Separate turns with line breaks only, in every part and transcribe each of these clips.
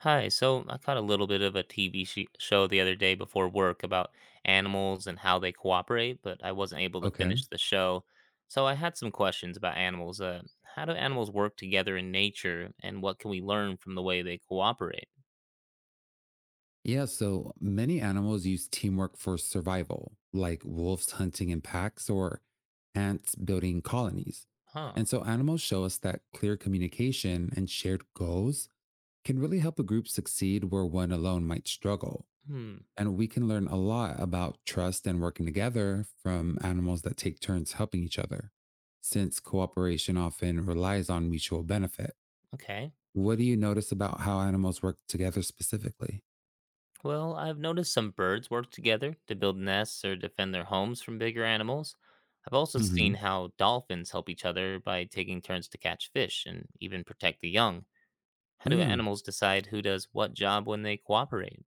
Hi, so I caught a little bit of a TV show the other day before work about animals and how they cooperate, but I wasn't able to
Okay.
finish the show. So I had some questions about animals. How do animals work together in nature, and what can we learn from the way they cooperate?
Yeah. So many animals use teamwork for survival, like wolves hunting in packs or ants building colonies.
Huh.
And so animals show us that clear communication and shared goals can really help a group succeed where one alone might struggle.
Hmm.
And we can learn a lot about trust and working together from animals that take turns helping each other, since cooperation often relies on mutual benefit.
Okay.
What do you notice about how animals work together specifically?
Well, I've noticed some birds work together to build nests or defend their homes from bigger animals. I've also
Hmm.
seen how dolphins help each other by taking turns to catch fish and even protect the young. How
Oh,
do
yeah.
animals decide who does what job when they cooperate?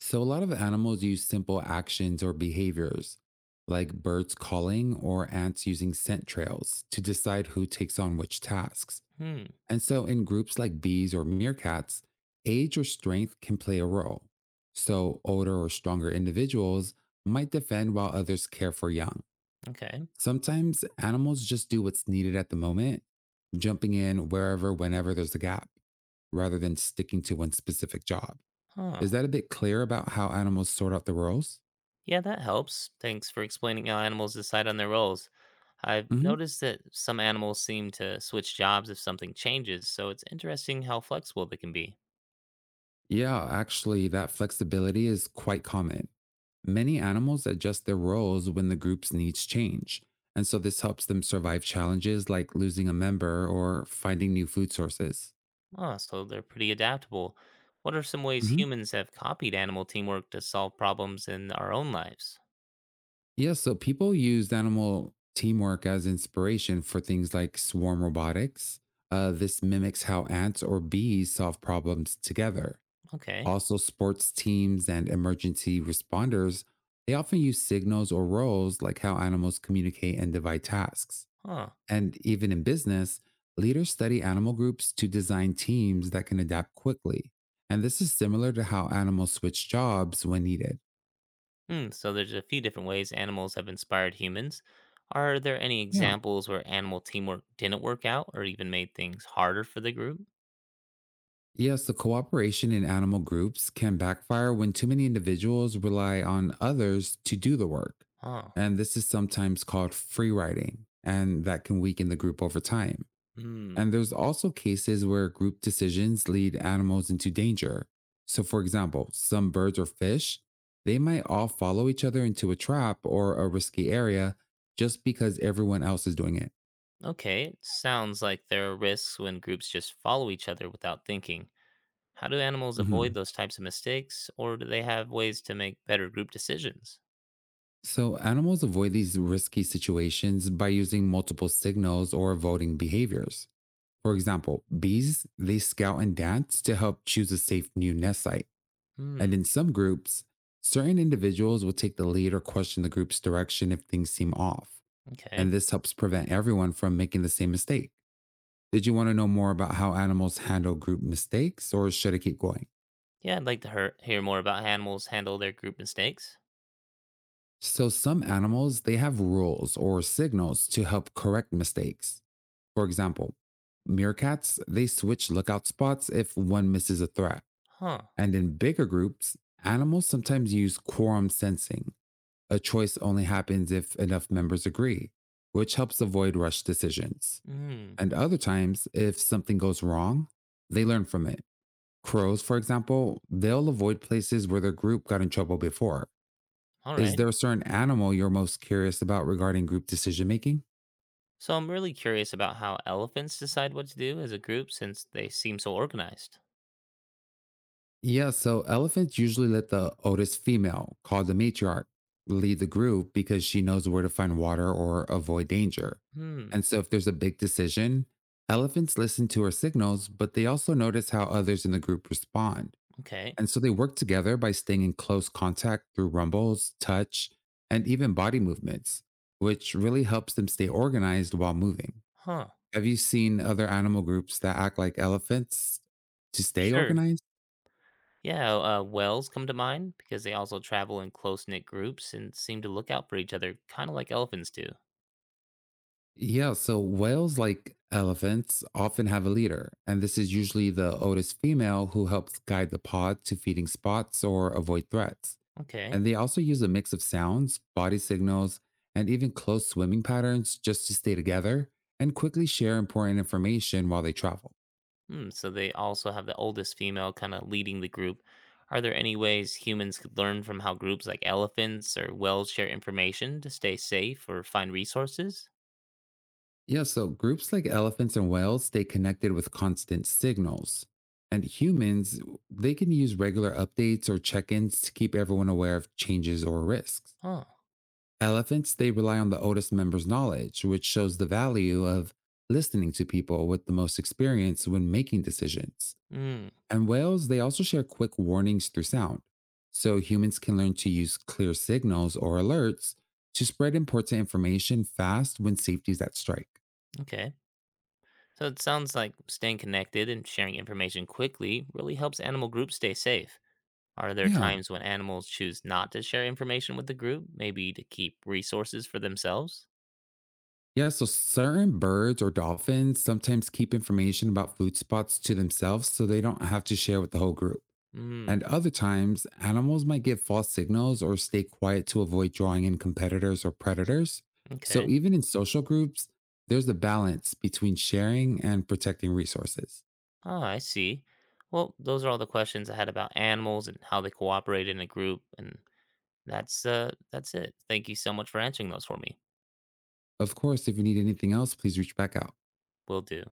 So, a lot of animals use simple actions or behaviors, like birds calling or ants using scent trails, to decide who takes on which tasks.
Hmm.
And so, in groups like bees or meerkats, age or strength can play a role. So, older or stronger individuals might defend while others care for young.
Okay.
Sometimes animals just do what's needed at the moment, jumping in wherever, whenever there's a gap, rather than sticking to one specific job.
Huh.
Is that a bit clear about how animals sort out the roles?
Yeah, that helps. Thanks for explaining how animals decide on their roles. I've
Mhm.
noticed that some animals seem to switch jobs if something changes, so it's interesting how flexible they can be.
Yeah, actually, that flexibility is quite common. Many animals adjust their roles when the group's needs change. And so this helps them survive challenges like losing a member or finding new food sources.
Ah, so they're pretty adaptable. What are some ways
Hmm.
humans have copied animal teamwork to solve problems in our own lives?
Yeah, so people used animal teamwork as inspiration for things like swarm robotics. This mimics how ants or bees solve problems together.
Okay.
Also, sports teams and emergency responders, they often use signals or roles like how animals communicate and divide tasks.
Huh.
And even in business, leaders study animal groups to design teams that can adapt quickly. And this is similar to how animals switch jobs when needed.
Hmm, so there's a few different ways animals have inspired humans. Are there any
Yeah.
examples where animal teamwork didn't work out or even made things harder for the group?
Yes, the cooperation in animal groups can backfire when too many individuals rely on others to do the work.
Oh.
And this is sometimes called free riding, and that can weaken the group over time.
Hmm.
And there's also cases where group decisions lead animals into danger. So, for example, some birds or fish, they might all follow each other into a trap or a risky area just because everyone else is doing it.
Okay, it sounds like there are risks when groups just follow each other without thinking. How do animals avoid
Hmm.
those types of mistakes, or do they have ways to make better group decisions?
So, animals avoid these risky situations by using multiple signals or voting behaviors. For example, bees, they scout and dance to help choose a safe new nest site.
Hmm.
And in some groups, certain individuals will take the lead or question the group's direction if things seem off.
Okay.
And this helps prevent everyone from making the same mistake. Did you want to know more about how animals handle group mistakes or should I keep going?
Yeah, I'd like to hear more about how animals handle their group mistakes.
So some animals, they have rules or signals to help correct mistakes. For example, meerkats, they switch lookout spots if one misses a threat.
Huh.
And in bigger groups, animals sometimes use quorum sensing. A choice only happens if enough members agree, which helps avoid rush decisions.
Hmm.
And other times, if something goes wrong, they learn from it. Crows, for example, they'll avoid places where their group got in trouble before.
All
Is
right.
there a certain animal you're most curious about regarding group decision making?
So I'm really curious about how elephants decide what to do as a group since they seem so organized.
Yeah, so elephants usually let the oldest female, called the matriarch, lead the group because she knows where to find water or avoid danger.
Hmm.
And so, if there's a big decision, elephants listen to her signals, but they also notice how others in the group respond.
Okay.
And so, they work together by staying in close contact through rumbles, touch, and even body movements, which really helps them stay organized while moving.
Huh.
Have you seen other animal groups that act like elephants to stay
Sure.
organized?
Yeah, whales come to mind because they also travel in close knit groups and seem to look out for each other, kind of like elephants do.
Yeah, so whales, like elephants, often have a leader, and this is usually the oldest female who helps guide the pod to feeding spots or avoid threats.
Okay.
And they also use a mix of sounds, body signals, and even close swimming patterns just to stay together and quickly share important information while they travel.
Hmm, so they also have the oldest female kind of leading the group. Are there any ways humans could learn from how groups like elephants or whales share information to stay safe or find resources?
Yeah, so groups like elephants and whales stay connected with constant signals. And humans, they can use regular updates or check ins to keep everyone aware of changes or risks.
Huh.
Elephants, they rely on the oldest member's knowledge, which shows the value of listening to people with the most experience when making decisions.
Hmm.
And whales, they also share quick warnings through sound. So humans can learn to use clear signals or alerts to spread important information fast when safety's at strike.
Okay. So it sounds like staying connected and sharing information quickly really helps animal groups stay safe. Are there
Yeah.
times when animals choose not to share information with the group, maybe to keep resources for themselves?
Yeah. So certain birds or dolphins sometimes keep information about food spots to themselves so they don't have to share with the whole group.
Hmm.
And other times, animals might give false signals or stay quiet to avoid drawing in competitors or predators. So,
Okay.
even in social groups, there's a balance between sharing and protecting resources.
Oh, I see. Well, those are all the questions I had about animals and how they cooperate in a group, and that's it. Thank you so much for answering those for me.
Of course, if you need anything else, please reach back out.
Will do.